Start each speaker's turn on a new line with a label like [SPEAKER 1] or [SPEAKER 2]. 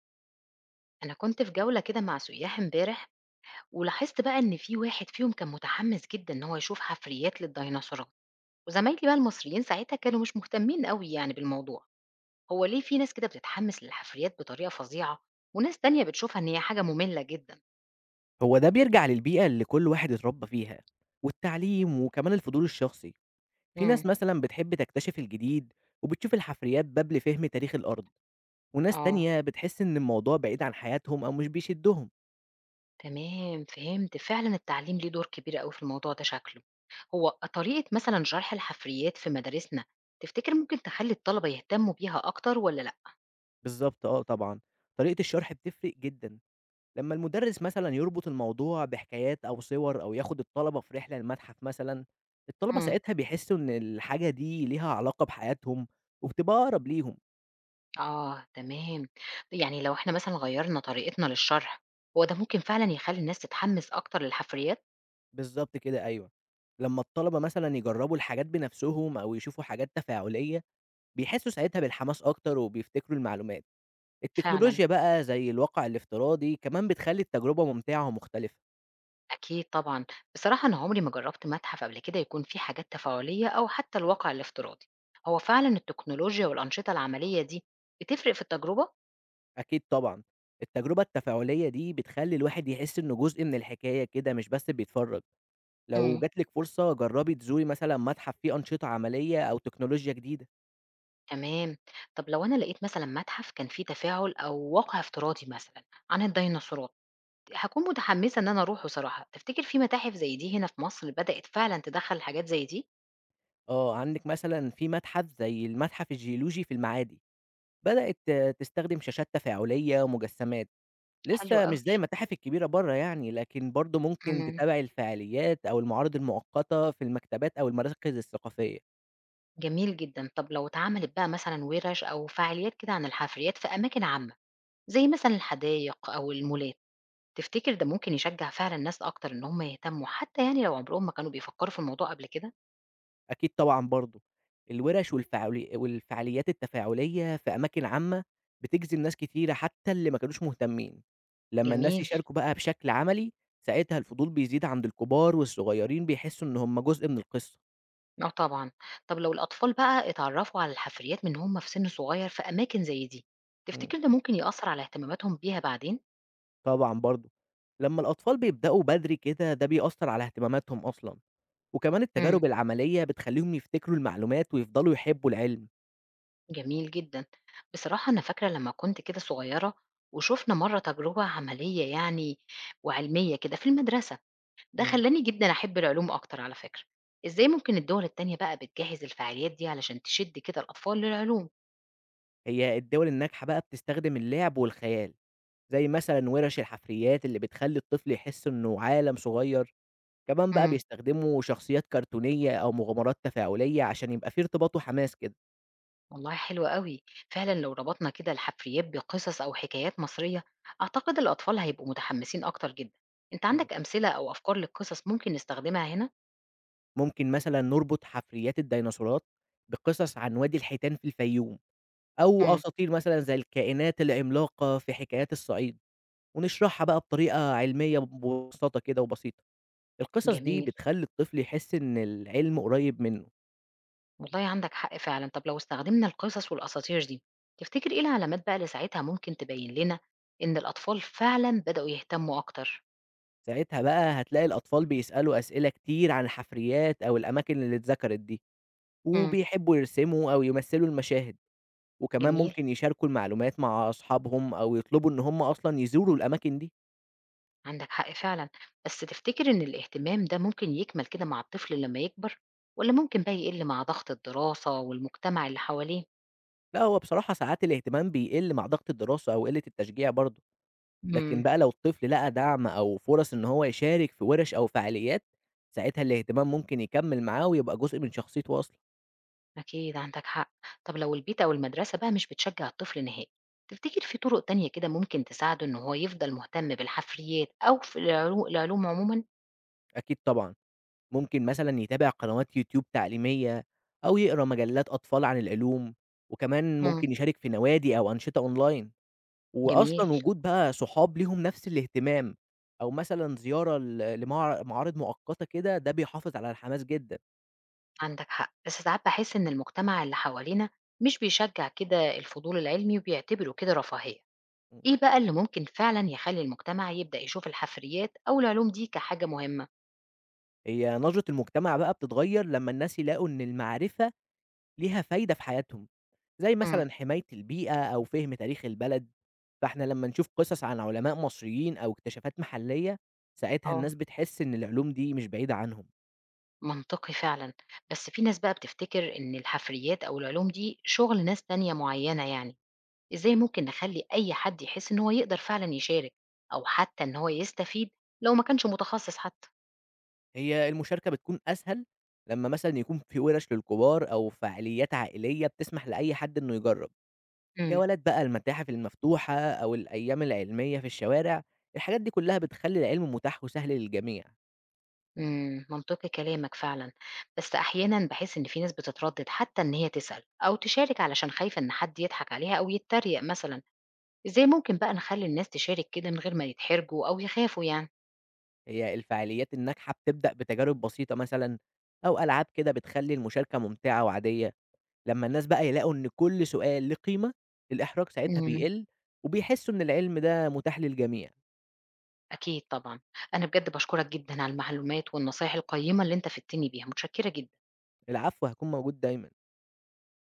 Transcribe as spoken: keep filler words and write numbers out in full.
[SPEAKER 1] أنا كنت في جولة كده مع سياح امبارح، ولاحظت بقى إن في واحد فيهم كان متحمس جدا إن هو يشوف حفريات للديناصورات، وزمايلي بقى المصريين ساعتها كانوا مش مهتمين قوي يعني بالموضوع. هو ليه في ناس كده بتتحمس للحفريات بطريقة فظيعة، وناس تانية بتشوفها إن هي حاجة مملة جدا؟
[SPEAKER 2] هو ده بيرجع للبيئة اللي كل واحد اتربى فيها، والتعليم وكمان الفضول الشخصي. في ناس
[SPEAKER 1] امم.
[SPEAKER 2] مثلا بتحب تكتشف الجديد وبتشوف الحفريات باب لفهم تاريخ الأرض، وناس
[SPEAKER 1] آه.
[SPEAKER 2] تانية بتحس إن الموضوع بعيد عن حياتهم أو مش بيشدهم.
[SPEAKER 1] تمام، فهمت فعلا. التعليم ليه دور كبير قوي في الموضوع ده شكله. هو طريقة مثلا شرح الحفريات في مدارسنا، تفتكر ممكن تخلي الطلبة يهتموا بيها أكتر ولا لأ؟
[SPEAKER 2] بالظبط، اه طبعا. طريقة الشرح بتفرق جدا. لما المدرس مثلا يربط الموضوع بحكايات أو صور أو ياخد الطلبة في رحلة المتحف مثلا، الطلبة
[SPEAKER 1] امم.
[SPEAKER 2] ساعتها بيحسوا إن الحاجة دي ليها علاقة بحياتهم وبتبقى أقرب ليهم.
[SPEAKER 1] آه. تمام. يعني لو إحنا مثلًا غيّرنا طريقتنا للشرح، هو ده ممكن فعلًا يخلّي الناس تتحمّس أكتر للحفريات؟
[SPEAKER 2] بالضبط كده، أيوه. لمّا الطلبة مثلًا يجرّبوا الحاجات بنفسهم أو يشوفوا حاجات تفاعلية، بيحسّوا ساعتها بالحماس أكتر وبيفتكروا المعلومات.
[SPEAKER 1] فعلًا.
[SPEAKER 2] التكنولوجيا بقى زي الواقع الافتراضي كمان بتخلّي التجربة ممتعة ومختلفة.
[SPEAKER 1] أكيد طبعًا. بصراحة أنا عمري ما جرّبت متحف قبل كده يكون فيه حاجات تفاعلية أو حتى الواقع الافتراضي. هو فعلًا التكنولوجيا والأنشطة العملية دي بتفرق في التجربة؟
[SPEAKER 2] أكيد طبعًا، التجربة التفاعلية دي بتخلّي الواحد يحس إنه جزء من الحكاية كده، مش بس بيتفرّج. لو
[SPEAKER 1] إمم.
[SPEAKER 2] جات لِك فرصة جرّبي تزوري مثلًا متحف فيه أنشطة عملية أو تكنولوجيا جديدة.
[SPEAKER 1] تمام. طب لو أنا لقيت مثلًا متحف كان فيه تفاعل أو واقع افتراضي مثلًا عن الديناصورات، هاكون متحمّسة إن أنا أروحه صراحة. تفتكر في متاحف زي دي هنا في مصر بدأت فعلًا تدخّل حاجات زي دي؟
[SPEAKER 2] آه، عندِك مثلًا في متحف زي المتحف الجيولوجي في المعادي. بدأت آه، تستخدم شاشات تفاعلية ومجسّمات،
[SPEAKER 1] حلو
[SPEAKER 2] لسه مش
[SPEAKER 1] أوي.
[SPEAKER 2] زي المتاحف الكبيرة برّه يعني، لكن برضه ممكن
[SPEAKER 1] إمم،
[SPEAKER 2] تتابع الفعاليات أو المعارض المؤقتة في المكتبات أو المراكز الثقافية.
[SPEAKER 1] جميل جدًا. طب لو اتعملت بقى مثلًا وِرش أو فعاليات كده عن الحفريات في أماكن عامة، زي مثلًا الحدايق أو المولات، تفتكر ده ممكن يشجع فعلًا ناس أكتر إن هم يهتموا حتى يعني لو عمرهم ما كانوا بيفكروا في الموضوع قبل كده؟
[SPEAKER 2] أكيد طبعًا برضه. الورش والفعالي والفعاليات التفاعلية في أماكن عامة بتجذب ناس كتيرة حتى اللي ما كانوش مهتمين، لمّا الناس
[SPEAKER 1] جميل.
[SPEAKER 2] يشاركوا بقى بشكل عملي، ساعتها الفضول بيزيد عند الكبار والصغيرين بيحسّوا إن هم جزء من القصة.
[SPEAKER 1] آه طبعًا. طب لو الأطفال بقى اتعرفوا على الحفريات من هم في سن صغير في أماكن زي دي،
[SPEAKER 2] إمم.
[SPEAKER 1] تفتكر ده ممكن يأثر على اهتماماتهم بيها بعدين؟
[SPEAKER 2] طبعًا برضه. لمّا الأطفال بيبدأوا بدري كده، ده بيأثّر على اهتماماتهم أصلًا، وكمان
[SPEAKER 1] إمم.
[SPEAKER 2] التجارب العملية بتخلّيهم يفتكروا المعلومات ويفضلوا يحبّوا العلم.
[SPEAKER 1] جميل جدًا. بصراحة أنا فاكرة لمّا كنت كده صغيرة وشُفنا مرّة تجربة عملية يعني وعلمية كده في المدرسة، ده
[SPEAKER 2] إمم.
[SPEAKER 1] خلّاني جدًا أحب العلوم أكتر على فكرة. إزاي ممكن الدول التانية بقى بتجهّز الفعاليات دي علشان تشِد كده الأطفال للعلوم؟
[SPEAKER 2] هي الدول الناجحة بقى بتستخدم اللعب والخيال، زي مثلًا وِرَش الحفريات اللي بتخلّي الطفل يحس إنه عالم صغير، كمان بقى
[SPEAKER 1] إمم،
[SPEAKER 2] بيستخدموا شخصيات كرتونية أو مغامرات تفاعلية عشان يبقى في ارتباط وحماس كده.
[SPEAKER 1] والله حلو أوي. فعلًا لو ربطنا كده الحفريات بقصص أو حكايات مصرية، أعتقد الأطفال هيبقوا متحمسين أكتر جدًا. أنت
[SPEAKER 2] إمم.
[SPEAKER 1] عندك أمثلة أو أفكار لقصص ممكن نستخدمها هنا؟
[SPEAKER 2] ممكن مثلًا نربط حفريات الديناصورات بقصص عن وادي الحيتان في الفيوم، أو
[SPEAKER 1] إمم،
[SPEAKER 2] أساطير مثلًا زي الكائنات العملاقة في حكايات الصعيد، ونشرحها بقى بطريقة علمية ببساطة كده وبسيطة. القصص دي
[SPEAKER 1] جميل.
[SPEAKER 2] بتخلّي الطفل يحس إن العلم قريب منه.
[SPEAKER 1] والله عندك حق فعلا. طب لو استخدمنا القصص والأساطير دي، تفتكر إيه العلامات بقى اللي ساعتها ممكن تبين لنا إن الأطفال فعلا بدأوا يهتموا أكتر؟
[SPEAKER 2] ساعتها بقى هتلاقي الأطفال بيسألوا أسئلة كتير عن الحفريات أو الأماكن اللي اتذكرت دي،
[SPEAKER 1] امم.
[SPEAKER 2] وبيحبوا يرسموا أو يمثلوا المشاهد، وكمان
[SPEAKER 1] جميل.
[SPEAKER 2] ممكن يشاركوا المعلومات مع أصحابهم أو يطلبوا إن هم أصلًا يزوروا الأماكن دي.
[SPEAKER 1] عندك حق فعلا. بس تفتكر إن الاهتمام ده ممكن يكمل كده مع الطفل لما يكبر، ولا ممكن بقى يقل مع ضغط الدراسة والمجتمع اللي حواليه؟
[SPEAKER 2] لأ، هو بصراحة ساعات الاهتمام بيقل مع ضغط الدراسة أو قلة التشجيع برضه.
[SPEAKER 1] امم.
[SPEAKER 2] لكن بقى لو الطفل لقى دعم أو فرص إن هو يشارك في ورش أو فعاليات، ساعتها الاهتمام ممكن يكمل معاه ويبقى جزء من شخصيته أصلًا.
[SPEAKER 1] أكيد عندك حق. طب لو البيت أو المدرسة بقى مش بتشجع الطفل نهائي، تفتكر في طرق تانية كده ممكن تساعده إن هو يفضل مهتم بالحفريات أو في العلو- العلوم عموما؟
[SPEAKER 2] أكيد طبعًا، ممكن مثلًا يتابع قنوات يوتيوب تعليمية أو يقرا مجلات أطفال عن العلوم، وكمان
[SPEAKER 1] مم.
[SPEAKER 2] ممكن يشارك في نوادي أو أنشطة أونلاين.
[SPEAKER 1] جميل.
[SPEAKER 2] وأصلًا وجود بقى صحاب ليهم نفس الاهتمام أو مثلًا زيارة ل لمع معارض مؤقتة كده، ده بيحافظ على الحماس جدًا.
[SPEAKER 1] عندك حق، بس ساعات باحس إن المجتمع اللي حوالينا مش بيشجّع كده الفضول العلمي وبيعتبره كده رفاهية.
[SPEAKER 2] إمم،
[SPEAKER 1] إيه بقى اللي ممكن فعلًا يخلّي المجتمع يبدأ يشوف الحفريات أو العلوم دي كحاجة مهمة؟
[SPEAKER 2] هي نظرة المجتمع بقى بتتغير لمّا الناس يلاقوا إن المعرفة ليها فايدة في حياتهم، زي
[SPEAKER 1] إمم.
[SPEAKER 2] مثلًا حماية البيئة أو فهم تاريخ البلد. فإحنا لمّا نشوف قصص عن علماء مصريين أو اكتشافات محلية، ساعتها
[SPEAKER 1] آه،
[SPEAKER 2] الناس بتحس إن العلوم دي مش بعيدة عنهم.
[SPEAKER 1] منطقي فعلًا. بس في ناس بقى بتفتكر إن الحفريات أو العلوم دي شغل ناس تانية معيّنة يعني، إزاي ممكن نخلّي أي حد يحس إن هو يقدر فعلًا يشارك أو حتى إن هو يستفيد لو ما كانش متخصص حتى؟
[SPEAKER 2] هي المشاركة بتكون أسهل لمّا مثلًا يكون في ورش للكبار أو فعاليات عائلية بتسمح لأي حد إنه يجرب،
[SPEAKER 1] إمم.
[SPEAKER 2] جولات بقى المتاحف المفتوحة أو الأيام العلمية في الشوارع، الحاجات دي كلها بتخلّي العلم متاح وسهل للجميع.
[SPEAKER 1] إمم، منطقي كلامك فعلًا. بس أحيانًا باحس إن في ناس بتتردد حتى إن هي تسأل أو تشارك علشان خايفة إن حد يضحك عليها أو يتريق مثلًا، إزاي ممكن بقى نخلّي الناس تشارك كده من غير ما يتحرجوا أو يخافوا يعني؟
[SPEAKER 2] هي الفعاليات الناجحة بتبدأ بتجارب بسيطة مثلًا أو ألعاب كده بتخلّي المشاركة ممتعة وعادية، لمّا الناس بقى يلاقوا إن كل سؤال ليه قيمة، الإحراج ساعتها
[SPEAKER 1] إمم.
[SPEAKER 2] بيقل وبيحسّوا إن العلم ده متاح للجميع.
[SPEAKER 1] أكيد طبعًا. أنا بجد باشكرك جدًا على المعلومات والنصايح القيّمة اللي أنت فدتني بيها، متشكرة جدًا.
[SPEAKER 2] العفو، هيكون موجود دايمًا.